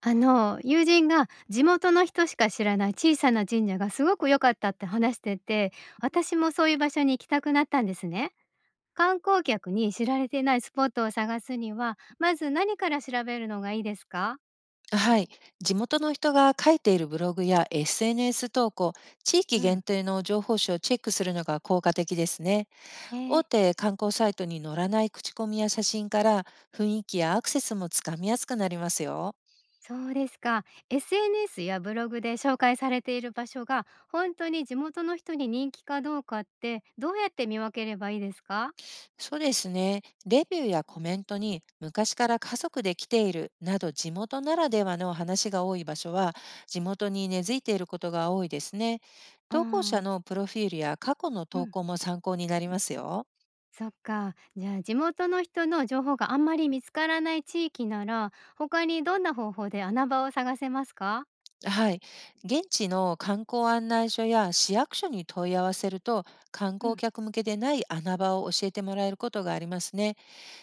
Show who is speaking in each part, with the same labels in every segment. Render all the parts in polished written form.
Speaker 1: 友人が地元の人しか知らない小さな神社がすごく良かったって話してて、私もそういう場所に行きたくなったんですね。観光客に知られてないスポットを探すには、まず何から調べるのがいいですか？
Speaker 2: はい。地元の人が書いているブログや SNS 投稿、地域
Speaker 1: う
Speaker 2: 限
Speaker 1: ん、
Speaker 2: 定の情報誌をチェックするのが効果的ですね。
Speaker 1: えー、
Speaker 2: 大手観光サイトに載らない口コミや写真から、雰囲気やアクセスもつかみやすくなりますよ。
Speaker 1: そうですか。SNS やブログで紹介されている場所が本当に地元の人に人気かどうかってどうやって見分ければいいですか？
Speaker 2: そうですね。レビューやコメントに、昔から家族で来ているなど地元ならではの話が多い場所は、地元に根付いていることが多いですね。
Speaker 1: う
Speaker 2: 投稿者
Speaker 1: ん、
Speaker 2: のプロフィールや過去の
Speaker 1: う
Speaker 2: 投
Speaker 1: ん。
Speaker 2: 稿も参考になりますよ。
Speaker 1: そっか。じゃあ地元の人の情報があんまり見つからない地域なら、他にどんな方法で穴場を探せますか？
Speaker 2: はい。現地の観光案内所や市役所に問い合わせると、観
Speaker 1: う
Speaker 2: 光
Speaker 1: ん、
Speaker 2: 客向けでない穴場を教えてもらえることがありますね。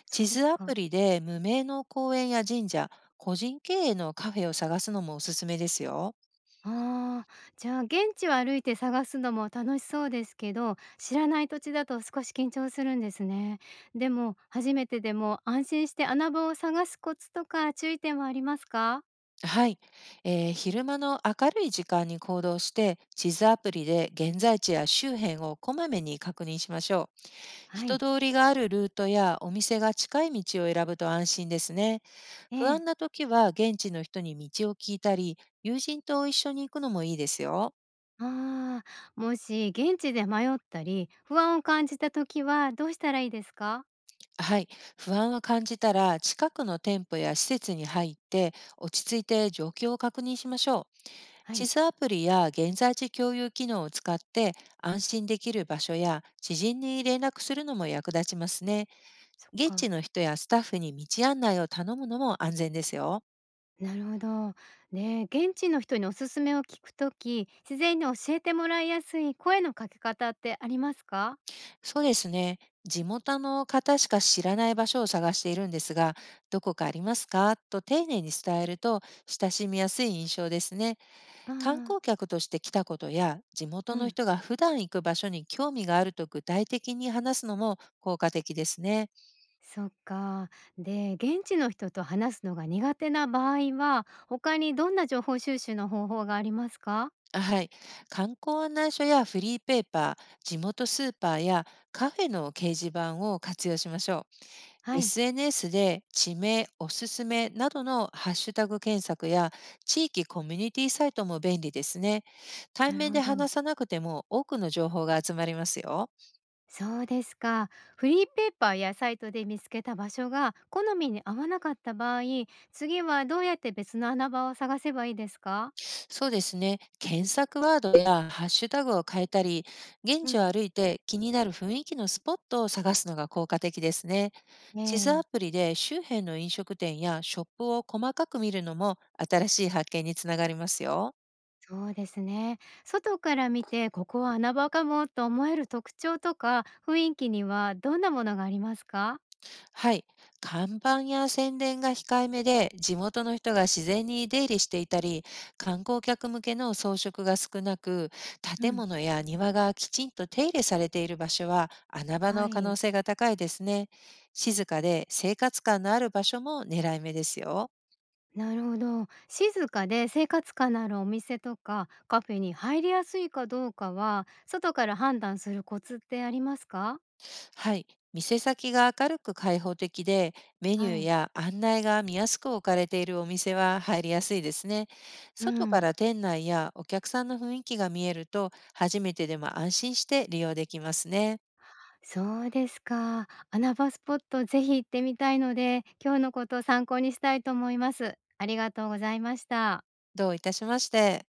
Speaker 1: そう
Speaker 2: 地
Speaker 1: で
Speaker 2: 図
Speaker 1: す
Speaker 2: アプ
Speaker 1: か。
Speaker 2: リで無名の公園や神社、個人経営のカフェを探すのもおすすめですよ。
Speaker 1: ああ、じゃあ現地を歩いて探すのも楽しそうですけど、知らない土地だと少し緊張するんですね。でも初めてでも安心して穴場を探すコツとか注意点はありますか？
Speaker 2: はい、昼間の明るい時間に行動して、地図アプリで現在地や周辺をこまめに確認しましょう。
Speaker 1: は
Speaker 2: 人
Speaker 1: い。
Speaker 2: 通りがあるルートやお店が近い道を選ぶと安心ですね。
Speaker 1: え
Speaker 2: 不安
Speaker 1: え。
Speaker 2: な時は現地の人に道を聞いたり、友人と一緒に行くのもいいですよ。
Speaker 1: ああ、もし現地で迷ったり不安を感じた時はどうしたらいいですか？
Speaker 2: はい。不安を感じたら、近くの店舗や施設に入って、落ち着いて状況を確認しましょう。
Speaker 1: は
Speaker 2: 地
Speaker 1: い。
Speaker 2: 図アプリや現在地共有機能を使って、安心できる場所や知人に連絡するのも役立ちますね。
Speaker 1: そっ
Speaker 2: 現地
Speaker 1: か、
Speaker 2: の人やスタッフに道案内を頼むのも安全ですよ。
Speaker 1: なるほど。で、現地の人におすすめを聞くとき、自然に教えてもらいやすい声のかけ方ってありますか？
Speaker 2: そうですね。地元の方しか知らない場所を探しているんですが、どこかありますかと丁寧に伝えると、親しみやすい印象ですね。
Speaker 1: あ
Speaker 2: 観
Speaker 1: あ、
Speaker 2: 光客として来たことや、地元
Speaker 1: う
Speaker 2: の
Speaker 1: ん。
Speaker 2: 人が普段行く場所に興味があると具体的に話すのも効果的ですね。
Speaker 1: そっか。で、現地の人と話すのが苦手な場合は、他にどんな情報収集の方法がありますか？
Speaker 2: あ、はい。観光案内所やフリーペーパー、地元スーパーやカフェの掲示板を活用しましょ
Speaker 1: は
Speaker 2: う。
Speaker 1: い、
Speaker 2: SNS で地名、おすすめなどのハッシュタグ検索や地域コミュニティサイトも便利ですね。対
Speaker 1: なる
Speaker 2: 面
Speaker 1: ほ
Speaker 2: で
Speaker 1: ど。
Speaker 2: 話さなくても多くの情報が集まりますよ。
Speaker 1: そうですか。フリーペーパーやサイトで見つけた場所が好みに合わなかった場合、次はどうやって別の穴場を探せばいいですか？
Speaker 2: そうですね。検索ワードやハッシュタグを変えたり、現
Speaker 1: う
Speaker 2: 地を
Speaker 1: ん。
Speaker 2: 歩いて気になる雰囲気のスポットを探すのが効果的ですね。地図ア
Speaker 1: ええ。
Speaker 2: プリで周辺の飲食店やショップを細かく見るのも、新しい発見につながりますよ。
Speaker 1: そうですね。外から見てここは穴場かもと思える特徴とか雰囲気にはどんなものがありますか？
Speaker 2: はい。看板や宣伝が控えめで、地元の人が自然に出入りしていたり、観光客向けの装飾が少なく、
Speaker 1: う
Speaker 2: 建
Speaker 1: ん、
Speaker 2: 物や庭がきちんと手入れされている場所は穴場
Speaker 1: は
Speaker 2: の可能
Speaker 1: い。
Speaker 2: 性が高いですね。静かで生活感のある場所も狙い目ですよ。
Speaker 1: なるほど。静かで生活感のあるお店とかカフェに入りやすいかどうかは外から判断するコツってありますか？
Speaker 2: はい。店先が明るく開放的で、メニ
Speaker 1: は
Speaker 2: ュー
Speaker 1: い。
Speaker 2: や案内が見やすく置かれているお店は入りやすいですね。
Speaker 1: う
Speaker 2: 外か
Speaker 1: ん。
Speaker 2: ら店内やお客さんの雰囲気が見えると、初めてでも安心して利用できますね。
Speaker 1: そうですか。穴場スポットぜひ行ってみたいので今日のことを参考にしたいと思います。ありがとうございました。
Speaker 2: どういたしまして。